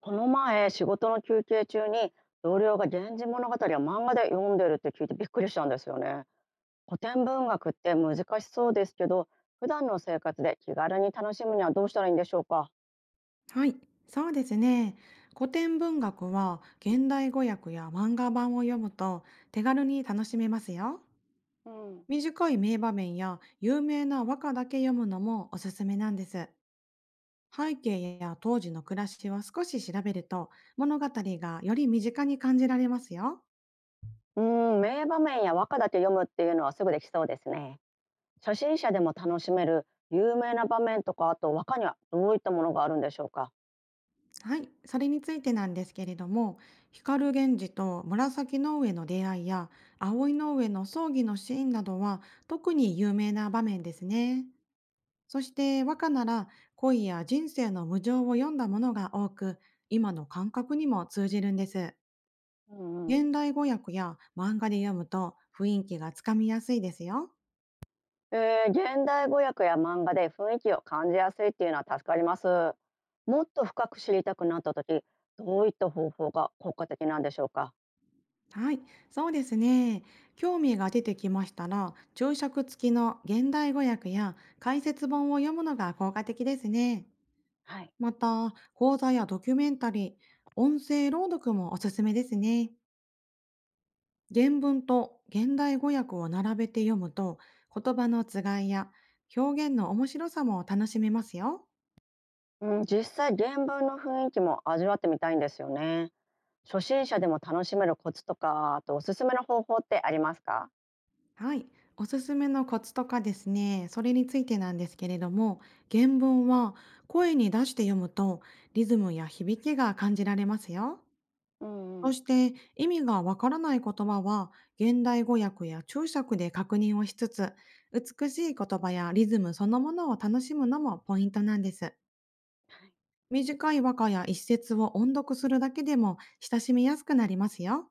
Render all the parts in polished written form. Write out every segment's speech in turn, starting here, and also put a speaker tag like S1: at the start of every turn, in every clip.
S1: この前、仕事の休憩中に同僚が源氏物語を漫画で読んでるって聞いてびっくりしたんですよね。古典文学って難しそうですけど、普段の生活で気軽に楽しむにはどうしたらいいんでしょうか。
S2: はい、そうですね。古典文学は現代語訳や漫画版を読むと手軽に楽しめますよ。
S1: うん、
S2: 短い名場面や有名な和歌だけ読むのもおすすめなんです。背景や当時の暮らしを少し調べると物語がより身近に感じられますよ。
S1: ー名場面や和歌だけ読むっていうのはすぐできそうですね。初心者でも楽しめる有名な場面とか、あと和歌にはどういったものがあるんでしょうか。
S2: はい、それについてなんですけれども、光源氏と紫の上の出会いや葵の上の葬儀のシーンなどは特に有名な場面ですね。そして和歌なら恋や人生の無常を読んだものが多く、今の感覚にも通じるんです。
S1: うん、うん
S2: 現代語訳や漫画で読むと雰囲気がつかみやすいですよ。
S1: 現代語訳や漫画で雰囲気を感じやすいっていうのは助かります。もっと深く知りたくなった時、どういった方法が効果的なんでしょうか。
S2: はい、そうですね。興味が出てきましたら、注釈付きの現代語訳や解説本を読むのが効果的ですね。
S1: はい。
S2: また、講座やドキュメンタリー、音声朗読もおすすめですね。原文と現代語訳を並べて読むと言葉の違いや表現の面白さも楽しめますよ。
S1: うん、実際原文の雰囲気も味わってみたいんですよね。初心者でも楽しめるコツとか、あとおすすめの方法ってありますか？
S2: はい。おすすめのコツとかですね、それについてなんですけれども、原文は声に出して読むとリズムや響きが感じられますよ。
S1: うんう
S2: そ
S1: ん。
S2: して意味がわからない言葉は現代語訳や注釈で確認をしつつ、美しい言葉やリズムそのものを楽しむのもポイントなんです。短い和歌や一節を音読するだけでも親しみやすくなりますよ。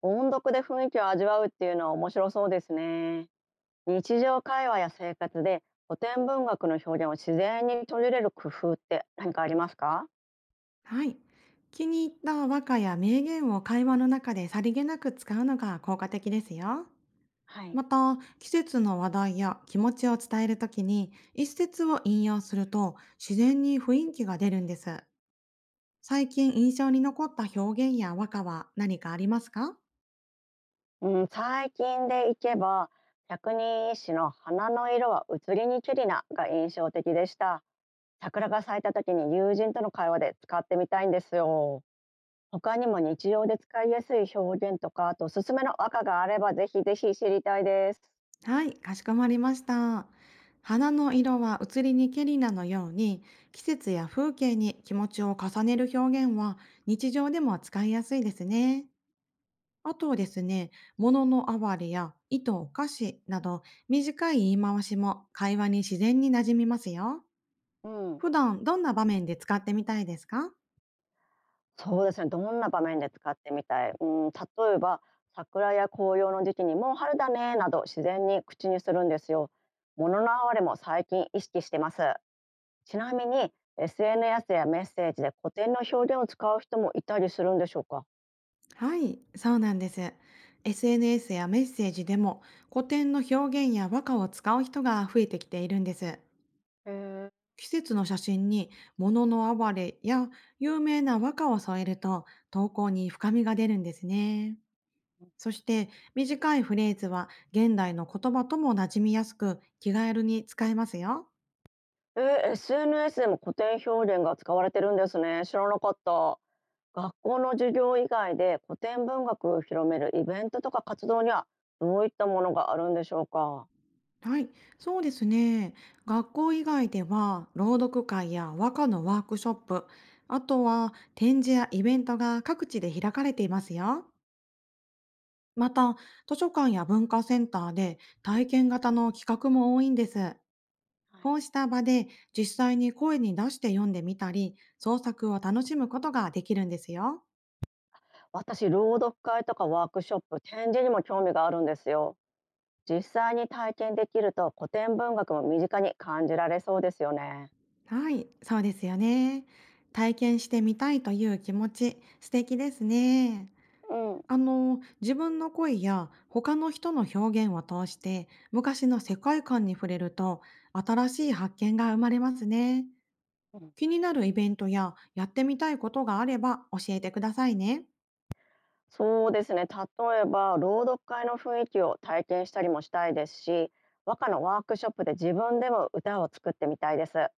S1: 音読で雰囲気を味わうっていうのは面白そうですね。日常会話や生活で古典文学の表現を自然に取り入れる工夫って何かありますか？
S2: はい。気に入った和歌や名言を会話の中でさりげなく使うのが効果的ですよ。
S1: はい。
S2: また、季節の話題や気持ちを伝えるときに一節を引用すると自然に雰囲気が出るんです。最近印象に残った表現や和歌は何かありますか？
S1: うん、最近でいけば百人一首の「花の色は移りにけりな」が印象的でした。桜が咲いた時に友人との会話で使ってみたいんですよ。他にも日常で使いやすい表現とかあとおすすめの和歌があればぜひぜひ知りたいです。
S2: はい、かしこまりました。花の色は移りにけりなのように、季節や風景に気持ちを重ねる表現は日常でも使いやすいですね。あとですね、物の哀れや糸お菓子など短い言い回しも会話に自然に馴染みますよ。
S1: うん、
S2: 普段どんな場面で使ってみたいですか？
S1: そうですね。どんな場面で使ってみたい、うん、例えば桜や紅葉の時期にもう春だねなど自然に口にするんですよ。物の哀れも最近意識してます。ちなみに SNS やメッセージで古典の表現を使う人もいたりするんでしょうか？
S2: はい、そうなんです。SNS やメッセージでも古典の表現や和歌を使う人が増えてきているんです。
S1: へえ、えー
S2: 季節の写真に物の哀れや有名な和歌を添えると投稿に深みが出るんですね。そして短いフレーズは現代の言葉とも馴染みやすく気軽に使えますよ。
S1: SNS でも古典表現が使われてるんですね。知らなかった。学校の授業以外で古典文学を広めるイベントとか活動にはどういったものがあるんでしょうかは？
S2: はい、そうですね。学校以外では朗読会や和歌のワークショップ、あとは展示やイベントが各地で開かれていますよ。また、図書館や文化センターで体験型の企画も多いんです。
S1: い、
S2: こうした場で実際に声に出して読んでみたり、創作を楽しむことができるんですよ。
S1: 私、朗読会とかワークショップ、展示にも興味があるんですよ。実際に体験できると古典文学も身近に感じられそうですよね。
S2: はい、そうですよね。体験してみたいという気持ち、素敵ですね。
S1: うん
S2: あの、自分の声や他の人の表現を通して昔の世界観に触れると新しい発見が生まれますね。
S1: うん、
S2: 気になるイベントややってみたいことがあれば教えてくださいね。
S1: そうですね。例えば朗読会の雰囲気を体験したりもしたいですし、和歌のワークショップで自分でも歌を作ってみたいです。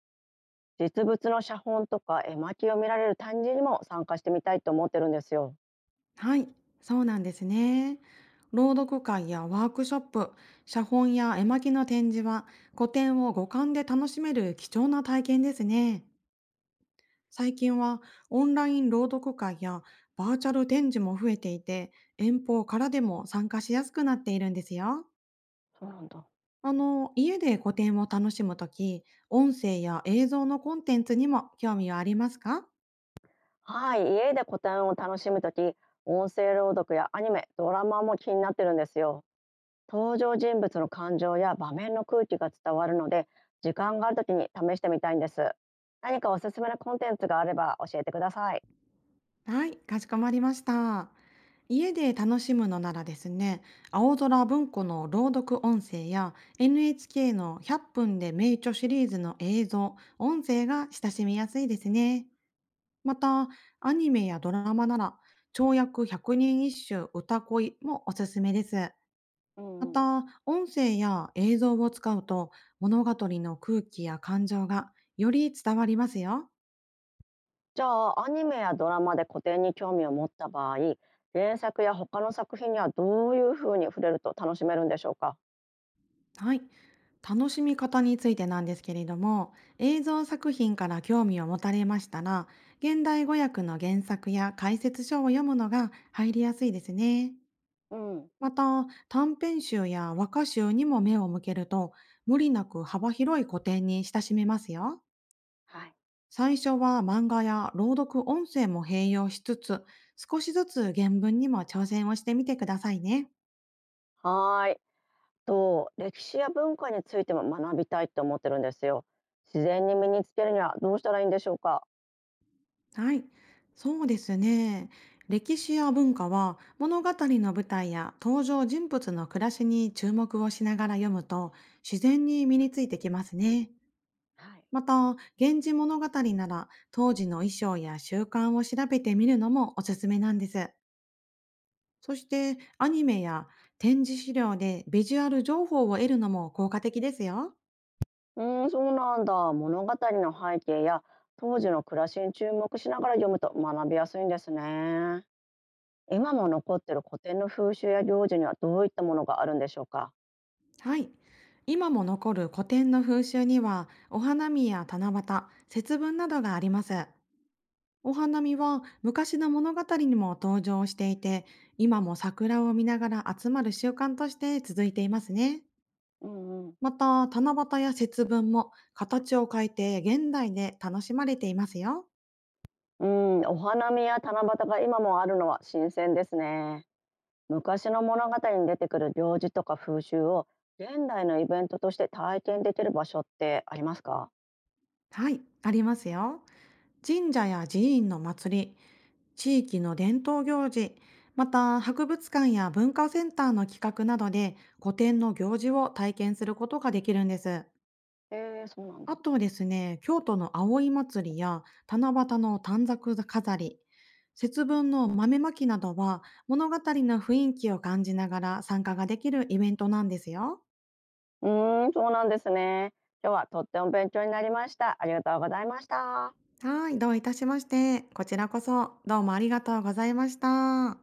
S1: 実物の写本とか絵巻を見られる展示にも参加してみたいと思ってるんですよ。
S2: はい、そうなんですね。朗読会やワークショップ、写本や絵巻の展示は古典を五感で楽しめる貴重な体験ですね。最近はオンライン朗読会やバーチャル展示も増えていて、遠方からでも参加しやすくなっているんですよ。
S1: そうなんだ。
S2: あの、家で古典を楽しむとき、音声や映像のコンテンツにも興味はありますか？
S1: はい、家で古典を楽しむとき、音声朗読やアニメ、ドラマも気になってるんですよ。登場人物の感情や場面の空気が伝わるので、時間があるときに試してみたいんです。何かおすすめのコンテンツがあれば教えてください。
S2: はい、かしこまりました。家で楽しむのならですね、青空文庫の朗読音声や NHK の100分で名著シリーズの映像、音声が親しみやすいですね。また、アニメやドラマなら、跳躍100人一首歌恋もおすすめです。
S1: う
S2: ま
S1: んうん、
S2: た、音声や映像を使うと物語の空気や感情がより伝わりますよ。
S1: じゃあアニメやドラマで古典に興味を持った場合原作や他の作品にはどういうふうに触れると楽しめるんでしょうか？
S2: はい。楽しみ方についてなんですけれども、映像作品から興味を持たれましたら、現代語訳の原作や解説書を読むのが入りやすいですね。
S1: うん、
S2: また、短編集や和歌集にも目を向けると、無理なく幅広い古典に親しめますよ。
S1: はい。
S2: 最初は漫画や朗読音声も併用しつつ、少しずつ原文にも挑戦をしてみてくださいね。
S1: はーいと歴史や文化についても学びたいと思ってるんですよ。自然に身につけるにはどうしたらいいんでしょうか？
S2: はい、そうですね。歴史や文化は物語の舞台や登場人物の暮らしに注目をしながら読むと自然に身についてきますね。
S1: はい。
S2: また、源氏物語なら当時の衣装や習慣を調べてみるのもおすすめなんです。そして、アニメや展示資料でビジュアル情報を得るのも効果的ですよ。
S1: うーん、そうなんだ。物語の背景や当時の暮らしに注目しながら読むと学びやすいんですね。今も残ってる古典の風習や行事にはどういったものがあるんでしょうか？
S2: はい。今も残る古典の風習には、お花見や七夕、節分などがあります。お花見は昔の物語にも登場していて、今も桜を見ながら集まる習慣として続いていますね。
S1: うん
S2: また、七夕や節分も形を変えて現代で楽しまれていますよ。
S1: うん、お花見や七夕が今もあるのは新鮮ですね。昔の物語に出てくる行事とか風習を現代のイベントとして体験できる場所ってありますか？
S2: はい、ありますよ。神社や寺院の祭り、地域の伝統行事、また博物館や文化センターの企画などで古典の行事を体験することができるんです。
S1: えー、そうなん
S2: あ
S1: だ。
S2: とですね、京都の葵祭りや七夕の短冊飾り、節分の豆まきなどは物語の雰囲気を感じながら参加ができるイベントなんですよ。
S1: うーん、そうなんですね。今日はとっても勉強になりました。ありがとうございました。
S2: はい、どういたしまして。こちらこそどうもありがとうございました。